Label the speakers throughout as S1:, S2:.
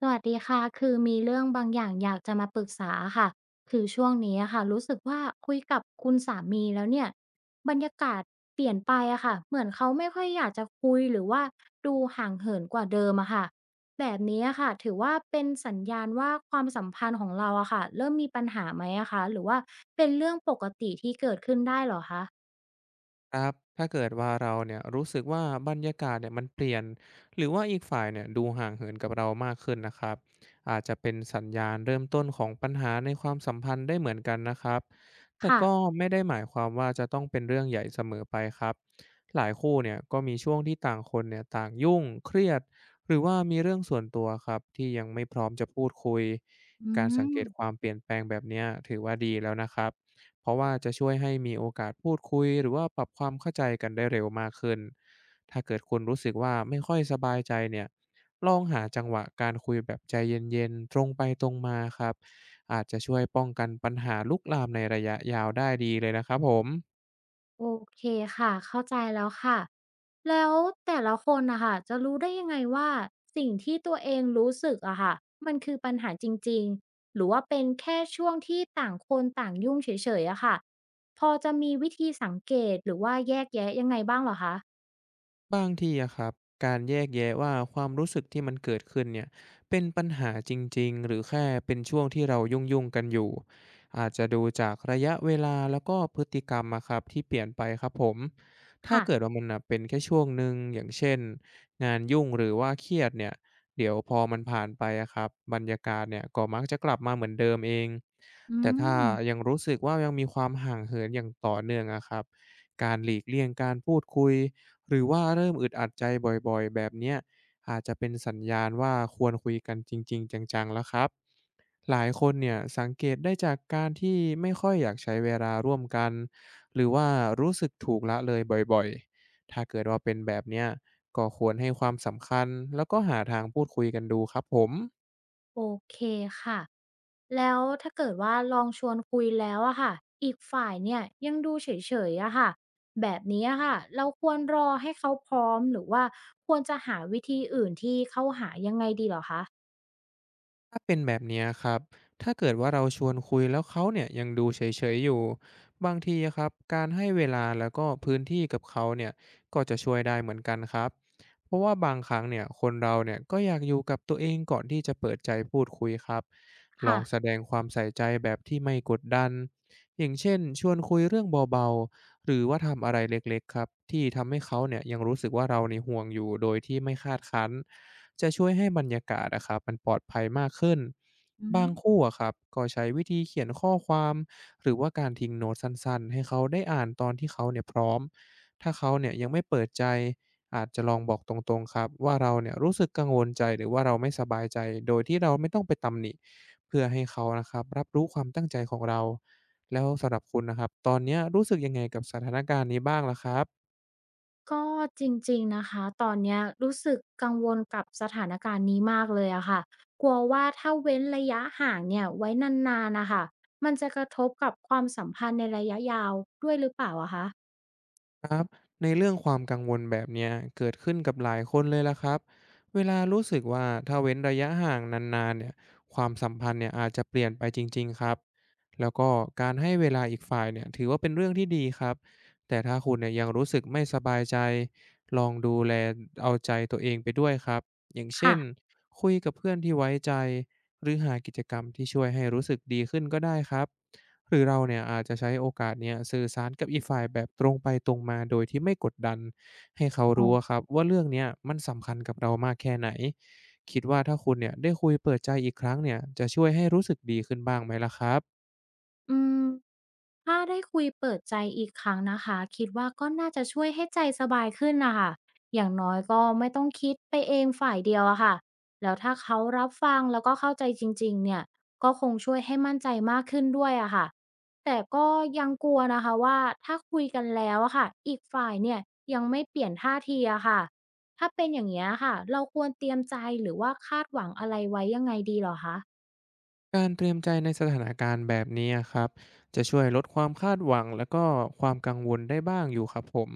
S1: สวัสดีค่ะคือมีเรื่องบางอย่างอยากจะมาปรึกษาค่ะ คือช่วงนี้อะค่ะรู้สึกว่าคุยกับคุณสามีแล้วเนี่ยบรรยากาศเปลี่ยนไปอะค่ะเหมือนเขาไม่ค่อยอยากจะคุยหรือว่าดูห่างเหินกว่าเดิมอะค่ะ แบบนี้อะค่ะถือว่าเป็นสัญญาณว่าความสัมพันธ์ของเราอะค่ะเริ่มมีปัญหาไหมอะคะหรือว่าเป็นเรื่องปกติที่เกิดขึ้นได้เหรอคะ
S2: ครับถ้าเกิดว่าเราเนี่ยรู้สึกว่าบรรยากาศเนี่ยมันเปลี่ยนหรือว่าอีกฝ่ายเนี่ยดูห่างเหินกับเรามากขึ้นนะครับอาจจะเป็นสัญญาณเริ่มต้นของปัญหาในความสัมพันธ์ได้เหมือนกันนะครับแต่
S1: ค่ะ
S2: ก็ไม่ได้หมายความว่าจะต้องเป็นเรื่องใหญ่เสมอไปครับหลายคู่เนี่ยก็มีช่วงที่ต่างคนเนี่ยต่างยุ่งเครียดหรือว่ามีเรื่องส่วนตัวครับที่ยังไม่พร้อมจะพูดคุย
S1: อื
S2: การสัง
S1: ม
S2: เกตความเปลี่ยนแปลงแบบเนี้ยถือว่าดีแล้วนะครับ เพราะว่าจะช่วยให้มีโอกาสพูดคุยหรือว่าปรับความเข้าใจกันได้เร็วมากขึ้น ถ้าเกิดคุณรู้สึกว่าไม่ค่อยสบายใจเนี่ย ลองหาจังหวะการคุยแบบใจเย็นๆตรงไปตรงมาครับ อาจจะช่วยป้องกันปัญหาลุกลามในระยะยาวได้ดีเลยนะครับผม
S1: โอเคค่ะเข้าใจแล้วค่ะแล้วแต่ละคนนะคะจะรู้ได้ยังไงว่าสิ่งที่ตัวเองรู้สึกอะค่ะมันคือปัญหาจริงๆหรือว่าเป็นแค่ช่วงที่ต่างคนต่างยุ่งเฉยๆอะค่ะพอจะมีวิธีสังเกตหรือว่าแยกแยะยังไงบ้างเหรอคะ
S2: บางทีอะครับการแยกแยะว่าความรู้สึกที่มันเกิดขึ้นเนี่ยเป็นปัญหาจริงๆหรือแค่เป็นช่วงที่เรายุ่งๆกันอยู่อาจจะดูจากระยะเวลาแล้วก็พฤติกรรมอะครับที่เปลี่ยนไปครับผมถ้า
S1: ค่ะ
S2: เกิดว่ามันน่ะเป็นแค่ช่วงหนึ่งอย่างเช่นงานยุ่งหรือว่าเครียดเนี่ยเดี๋ยวพอมันผ่านไปอะครับบรรยากาศเนี่ยก็มักจะกลับมาเหมือนเดิมเอง
S1: อื
S2: แต่ถ้า
S1: ม
S2: ยังรู้สึกว่ายังมีความห่างเหินอย่างต่อเนื่องอะครับการหลีกเลี่ยงการพูดคุย หรือว่าเริ่มอึดอัดใจบ่อยๆแบบเนี้ยอาจจะเป็นสัญญาณว่าควรคุยกันจริงๆจังๆแล้วครับหลายคนเนี่ยสังเกตได้จากการที่ไม่ค่อยอยากใช้เวลาร่วมกันหรือว่ารู้สึกถูกละเลยบ่อยๆถ้าเกิดว่าเป็นแบบเนี้ยก็ควรให้ความสำคัญแล้วก็หาทางพูดคุยกันดูครับผม
S1: โอเคค่ะแล้วถ้าเกิดว่าลองชวนคุยแล้วอะค่ะอีกฝ่ายเนี่ยยังดูเฉยๆอะค่ะแบบนี้อะค่ะเราควรรอให้เขาพร้อมหรือว่าควรจะหาวิธีอื่นที่เข้าหายังไงดีเหรอคะ
S2: ถ้าเป็นแบบเนี้ยครับ ถ้าเกิดว่าเราชวนคุยแล้วเขาเนี่ยยังดูเฉยๆอยู่ บางทีอะครับการให้เวลาแล้วก็พื้นที่กับเขาเนี่ยก็จะช่วยได้เหมือนกันครับ เพราะว่าบางครั้งเนี่ยคนเราเนี่ยก็อยากอยู่กับตัวเองก่อนที่จะเปิดใจพูดคุยครับลอ
S1: ค่ะ
S2: งแสดงความใส่ใจแบบที่ไม่กดดันอย่างเช่นชวนคุยเรื่องเบาๆหรือว่าทำอะไรเล็กๆครับที่ทำให้เขาเนี่ยยังรู้สึกว่าเราในยห่วงอยู่โดยที่ไม่คาดคั้นจะช่วยให้บรรยากาศนะครับมันปลอดภัยมากขึ้น
S1: อื
S2: บาง
S1: ม
S2: คู่อะครับก็ใช้วิธีเขียนข้อความหรือว่าการทิ้งโน้ตสั้นๆให้เขาได้อ่านตอนที่เขาเนี่ยพร้อม ถ้าเขาเนี่ยยังไม่เปิดใจอาจจะลองบอกตรงๆครับว่าเราเนี่ยรู้สึกกังวลใจหรือว่าเราไม่สบายใจโดยที่เราไม่ต้องไปตำหนิเพื่อให้เขานะครับรับรู้ความตั้งใจของเราแล้วสำหรับคุณนะครับตอนเนี้ยรู้สึกยังไงกับสถานการณ์นี้บ้างล่ะครับ
S1: ก็จริงๆนะคะตอนเนี้ยรู้สึกกังวลกับสถานการณ์นี้มากเลยอะค่ะกลัวว่าถ้าเว้นระยะห่างเนี่ยไว้นานๆนะคะมันจะกระทบกับความสัมพันธ์ในระยะยาวด้วยหรือเปล่าอะคะ
S2: ครับในเรื่องความกังวลแบบเนี้ยเกิดขึ้นกับหลายคนเลยล่ะครับเวลารู้สึกว่าถ้าเว้นระยะห่างนานๆเนี่ยความสัมพันธ์เนี่ยอาจจะเปลี่ยนไปจริงๆครับแล้วก็การให้เวลาอีกฝ่ายเนี่ยถือว่าเป็นเรื่องที่ดีครับแต่ถ้าคุณเนี่ยยังรู้สึกไม่สบายใจลองดูแลเอาใจตัวเองไปด้วยครับอย่างเช่
S1: ค่ะ
S2: นคุยกับเพื่อนที่ไว้ใจหรือหากิจกรรมที่ช่วยให้รู้สึกดีขึ้นก็ได้ครับ หรือเราเนี่ยอาจจะใช้โอกาสเนี่ยสื่อสารกับอีกฝ่ายแบบตรงไปตรงมาโดยที่ไม่กดดันให้เขารู้อะครับว่าเรื่องเนี้ยมันสำคัญกับเรามากแค่ไหนคิดว่าถ้าคุณเนี่ยได้คุยเปิดใจอีกครั้งเนี่ยจะช่วยให้รู้สึกดีขึ้นบ้างไหมล่ะครับ
S1: อืมถ้าได้คุยเปิดใจอีกครั้งนะคะคิดว่าก็น่าจะช่วยให้ใจสบายขึ้นนะคะอย่างน้อยก็ไม่ต้องคิดไปเองฝ่ายเดียวอะค่ะแล้วถ้าเขารับฟังแล้วก็เข้าใจจริงๆเนี่ยก็คงช่วยให้มั่นใจมากขึ้นด้วยอะค่ะแต่ก็ยังกลัวนะคะว่าถ้าคุยกันแล้วอะค่ะอีกฝ่ายเนี่ยยังไม่เปลี่ยนท่าทีอะค่ะถ้าเป็นอย่างเงี้ยค่ะเราควรเตรียมใจหรือว่าคาดหวังอะไรไว้ยังไงดีเหรอคะ
S2: การเตรียมใจในสถานการณ์แบบนี้อะครับจะช่วยลดความคาดหวังแล้วก็ความกังวลได้บ้างอยู่ครับผม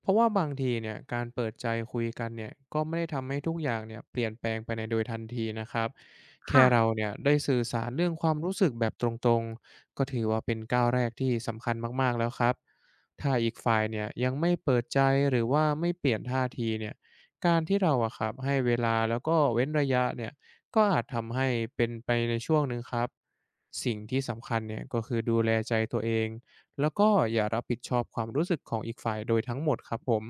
S2: เพราะว่าบางทีเนี่ยการเปิดใจคุยกันเนี่ยก็ไม่ได้ทำให้ทุกอย่างเนี่ยเปลี่ยนแปลงไปในโดยทันทีนะครับแค่
S1: ค่ะ
S2: เราเนี่ยได้สื่อสารเรื่องความรู้สึกแบบตรงๆก็ถือว่าเป็นก้าวแรกที่สำคัญมากๆแล้วครับถ้าอีกฝ่ายเนี่ยยังไม่เปิดใจหรือว่าไม่เปลี่ยนท่าทีเนี่ยการที่เราอะครับให้เวลาแล้วก็เว้นระยะเนี่ย ก็อาจทำให้เป็นไปในช่วงหนึ่งครับสิ่งที่สำคัญเนี่ยก็คือดูแลใจตัวเองแล้วก็อย่ารับผิดชอบความรู้สึกของอีกฝ่ายโดยทั้งหมดครับผม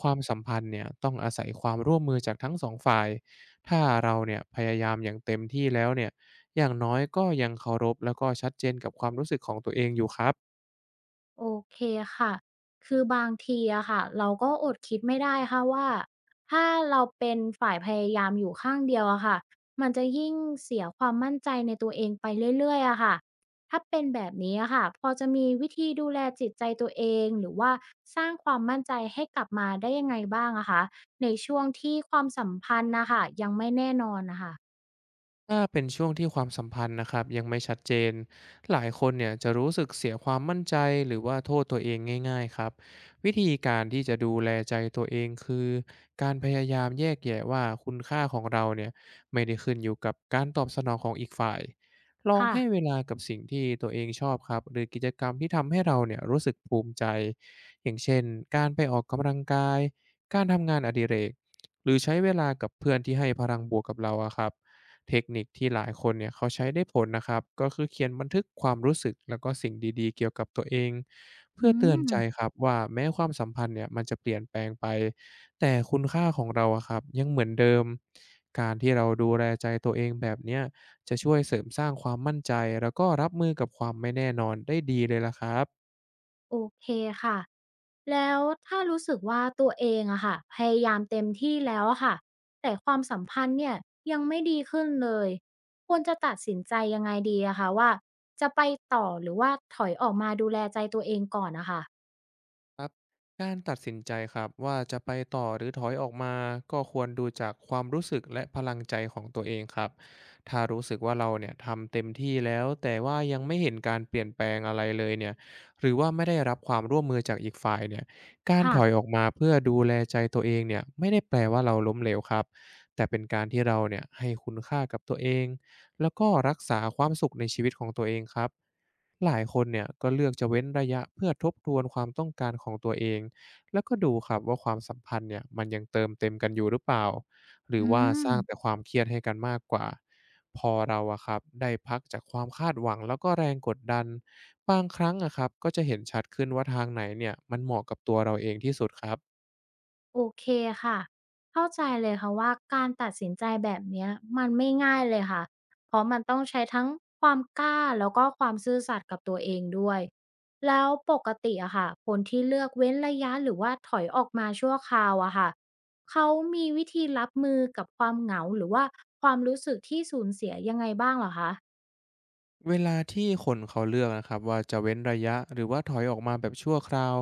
S2: ความสัมพันธ์เนี่ยต้องอาศัยความร่วมมือจากทั้งสองฝ่ายถ้าเราเนี่ยพยายามอย่างเต็มที่แล้วเนี่ยอย่างน้อยก็ยังเคารพแล้วก็ชัดเจนกับความรู้สึกของตัวเองอยู่ครับ
S1: โอเคค่ะ คือบางทีอะค่ะเราก็อดคิดไม่ได้ค่ะว่าถ้าเราเป็นฝ่ายพยายามอยู่ข้างเดียวอะค่ะมันจะยิ่งเสียความมั่นใจในตัวเองไปเรื่อยๆอะค่ะถ้าเป็นแบบนี้อะค่ะพอจะมีวิธีดูแลจิตใจตัวเองหรือว่าสร้างความมั่นใจให้กลับมาได้ยังไงบ้างอะคะในช่วงที่ความสัมพันธ์นะคะยังไม่แน่นอนนะคะ
S2: ถ้าเป็นช่วงที่ความสัมพันธ์นะครับยังไม่ชัดเจนหลายคนเนี่ยจะรู้สึกเสียความมั่นใจหรือว่าโทษตัวเองง่ายๆครับวิธีการที่จะดูแลใจตัวเองคือการพยายามแยกแยะว่าคุณค่าของเราเนี่ยไม่ได้ขึ้นอยู่กับการตอบสนองของอีกฝ่ายลอง
S1: ค่ะ
S2: ให้เวลากับสิ่งที่ตัวเองชอบครับหรือกิจกรรมที่ทำให้เราเนี่ยรู้สึกภูมิใจอย่างเช่นการไปออกกำลังกายการทำงานอดิเรกหรือใช้เวลากับเพื่อนที่ให้พลังบวกกับเราอะครับ เทคนิคที่หลายคนเนี่ยเขาใช้ได้ผลนะครับก็คือเขียนบันทึกความรู้สึกแล้วก็สิ่งดีๆเกี่ยวกับตัวเอง
S1: อื
S2: เพื่อเตือนใจ
S1: ม
S2: ครับว่าแม้ความสัมพันธ์เนี่ยมันจะเปลี่ยนแปลงไปแต่คุณค่าของเราอะครับยังเหมือนเดิมการที่เราดูแลใจตัวเองแบบเนี้ยจะช่วยเสริมสร้างความมั่นใจแล้วก็รับมือกับความไม่แน่นอนได้ดีเลยล่ะครับ
S1: โอเคค่ะ แล้วถ้ารู้สึกว่าตัวเองอะค่ะพยายามเต็มที่แล้วอะค่ะ แต่ความสัมพันธ์เนี่ยยังไม่ดีขึ้นเลย ควรจะตัดสินใจยังไงดีอะคะว่าจะไปต่อหรือว่าถอยออกมาดูแลใจตัวเองก่อนนะคะ
S2: ครับการตัดสินใจครับว่าจะไปต่อหรือถอยออกมาก็ควรดูจากความรู้สึกและพลังใจของตัวเองครับถ้ารู้สึกว่าเราเนี่ยทำเต็มที่แล้วแต่ว่ายังไม่เห็นการเปลี่ยนแปลงอะไรเลยเนี่ยหรือว่าไม่ได้รับความร่วมมือจากอีกฝ่ายเนี่ยการถอยอ
S1: ค่ะ
S2: อกมาเพื่อดูแลใจตัวเองเนี่ยไม่ได้แปลว่าเราล้มเหลวครับแต่เป็นการที่เราเนี่ยให้คุณค่ากับตัวเองแล้วก็รักษาความสุขในชีวิตของตัวเองครับ หลายคนเนี่ยก็เลือกจะเว้นระยะเพื่อทบทวนความต้องการของตัวเองแล้วก็ดูครับว่าความสัมพันธ์เนี่ยมันยังเติมเต็มกันอยู่หรือเปล่าหรือ
S1: อื
S2: ว่าสร้างแต่
S1: ม
S2: ความเครียดให้กันมากกว่าพอเราอะครับได้พักจากความคาดหวังแล้วก็แรงกดดันบางครั้งอะครับก็จะเห็นชัดขึ้นว่าทางไหนเนี่ยมันเหมาะกับตัวเราเองที่สุดครับ
S1: โอเคค่ะเข้าใจเลยค่ะว่าการตัดสินใจแบบเนี้ยมันไม่ง่ายเลยค่ะ เพราะมันต้องใช้ทั้งความกล้าแล้วก็ความซื่อสัตย์กับตัวเองด้วยแล้วปกติอะค่ะคนที่เลือกเว้นระยะหรือว่าถอยออกมาชั่วคราวอะค่ะเขามีวิธีรับมือกับความเหงาหรือว่าความรู้สึกที่สูญเสียยังไงบ้างเหรอคะ
S2: เวลาที่คนเขาเลือกนะครับว่าจะเว้นระยะหรือว่าถอยออกมาแบบชั่วคราว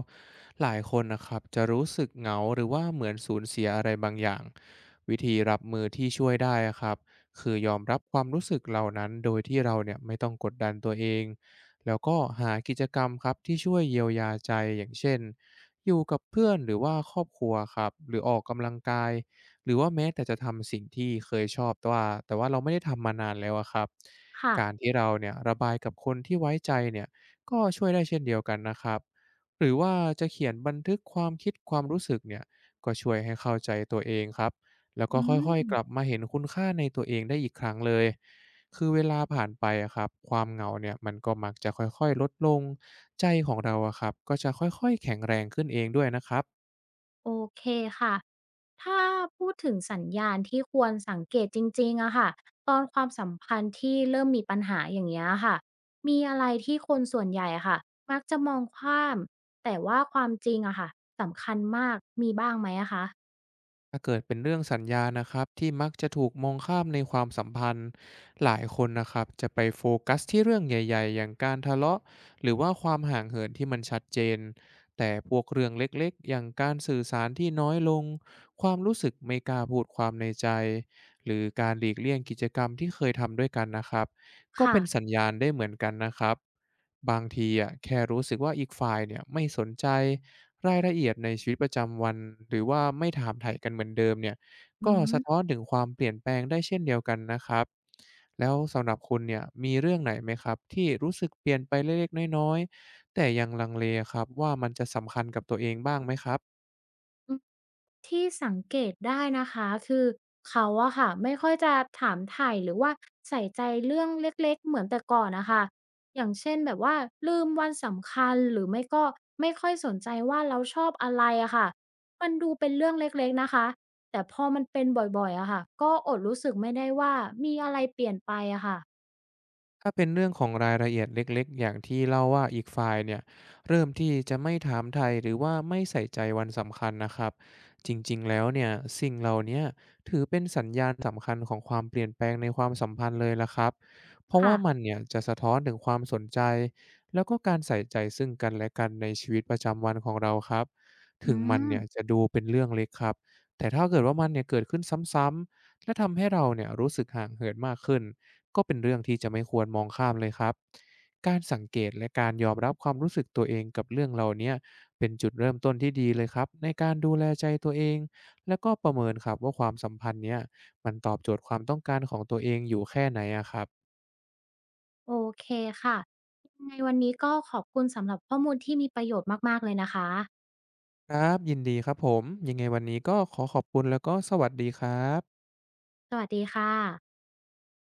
S2: หลายคนนะครับจะรู้สึกเหงาหรือว่าเหมือนสูญเสียอะไรบางอย่างวิธีรับมือที่ช่วยได้อะครับคือยอมรับความรู้สึกเหล่านั้นโดยที่เราเนี่ยไม่ต้องกดดันตัวเองแล้วก็หากิจกรรมครับที่ช่วยเยียวยาใจอย่างเช่นอยู่กับเพื่อนหรือว่าครอบครัวครับหรือออกกำลังกายหรือว่าแม้แต่จะทำสิ่งที่เคยชอบแต่ว่าเราไม่ได้ทำมานานแล้วอะครับ
S1: ค่ะ
S2: การที่เราเนี่ยระบายกับคนที่ไว้ใจเนี่ยก็ช่วยได้เช่นเดียวกันนะครับหรือว่าจะเขียนบันทึกความคิดความรู้สึกเนี่ยก็ช่วยให้เข้าใจตัวเองครับแล้ว
S1: อื
S2: ก็ค่อยๆกลับ
S1: ม
S2: มาเห็นคุณค่าในตัวเองได้อีกครั้งเลยคือเวลาผ่านไปอะครับความเหงาเนี่ยมันก็มักจะค่อยๆลดลงใจของเราอะครับก็จะค่อยๆแข็งแรงขึ้นเองด้วยนะครับ
S1: โอเคค่ะ ถ้าพูดถึงสัญญาณที่ควรสังเกตจริงๆอะค่ะตอนความสัมพันธ์ที่เริ่มมีปัญหาอย่างเงี้ยค่ะมีอะไรที่คนส่วนใหญ่อะค่ะมักจะมองข้าม แต่ว่าความจริงอะค่ะสำคัญมากมีบ้างไหมอะคะ
S2: ถ้าเกิดเป็นเรื่องสัญญานะครับที่มักจะถูกมองข้ามในความสัมพันธ์หลายคนนะครับจะไปโฟกัสที่เรื่องใหญ่ๆอย่างการทะเลาะหรือว่าความห่างเหินที่มันชัดเจนแต่พวกเรื่องเล็กๆอย่างการสื่อสารที่น้อยลงความรู้สึกไม่กล้าพูดความในใจหรือการหลีกเลี่ยงกิจกรรมที่เคยทำด้วยกันนะครับ ก็
S1: ค่ะ
S2: เป็นสัญญาณได้เหมือนกันนะครับบางทีอะแค่รู้สึกว่าอีกฝ่ายเนี่ยไม่สนใจรายละเอียดในชีวิตประจำวันหรือว่าไม่ถามไถ่กันเหมือนเดิมเนี่ย
S1: อื
S2: ก็สะ
S1: ม
S2: ท้อนถึงความเปลี่ยนแปลงได้เช่นเดียวกันนะครับแล้วสำหรับคุณเนี่ยมีเรื่องไหนไหมครับที่รู้สึกเปลี่ยนไปเล็กๆน้อยๆแต่ยังลังเลครับว่ามันจะสำคัญกับตัวเองบ้างไหมครับ
S1: ที่สังเกตได้นะคะคือเขาอะค่ะไม่ค่อยจะถามไถ่หรือว่าใส่ใจเรื่องเล็กๆเหมือนแต่ก่อนน่ะคะอย่างเช่นแบบว่าลืมวันสำคัญหรือไม่ก็ไม่ค่อยสนใจว่าเราชอบอะไรอะค่ะมันดูเป็นเรื่องเล็กๆนะคะแต่พอมันเป็นบ่อยๆอะค่ะก็อดรู้สึกไม่ได้ว่ามีอะไรเปลี่ยนไปอะค่ะ
S2: ถ้าเป็นเรื่องของรายละเอียดเล็กๆ อย่างที่เล่าว่าอีกฝ่ายเนี่ยเริ่มที่จะไม่ถามไทยหรือว่าไม่ใส่ใจวันสำคัญนะครับจริงๆ แล้วเนี่ยสิ่งเหล่าเนี้ยถือเป็นสัญญาณสำคัญของความเปลี่ยนแปลงในความสัมพันธ์เลยละครับเพราะว่า
S1: ค่ะ
S2: มันเนี่ยจะสะท้อนถึงความสนใจแล้วก็การใส่ใจซึ่งกันและกันในชีวิตประจำวันของเราครับ
S1: อื
S2: ถึงมัน
S1: ม
S2: เนี่ยจะดูเป็นเรื่องเล็กครับแต่ถ้าเกิดว่ามันเนี่ยเกิดขึ้นซ้ำๆและทำให้เราเนี่ยรู้สึกห่างเหินมากขึ้น ก็เป็นเรื่องที่จะไม่ควรมองข้ามเลยครับการสังเกตและการยอมรับความรู้สึกตัวเองกับเรื่องเหล่าเนี้ยเป็นจุดเริ่มต้นที่ดีเลยครับในการดูแลใจตัวเองแล้วก็ประเมินครับว่าความสัมพันธ์เนี้ยมันตอบโจทย์ความต้องการของตัวเองอยู่แค่ไหนอะครับ
S1: โอเคค่ะยังไงวันนี้ก็ขอบคุณสำหรับข้อมูลที่มีประโยชน์มากๆเลยนะคะ
S2: ครับยินดีครับผมยังไงวันนี้ก็ขอขอบคุณแล้วก็สวัสดีครับ
S1: สวัสดีค่ะ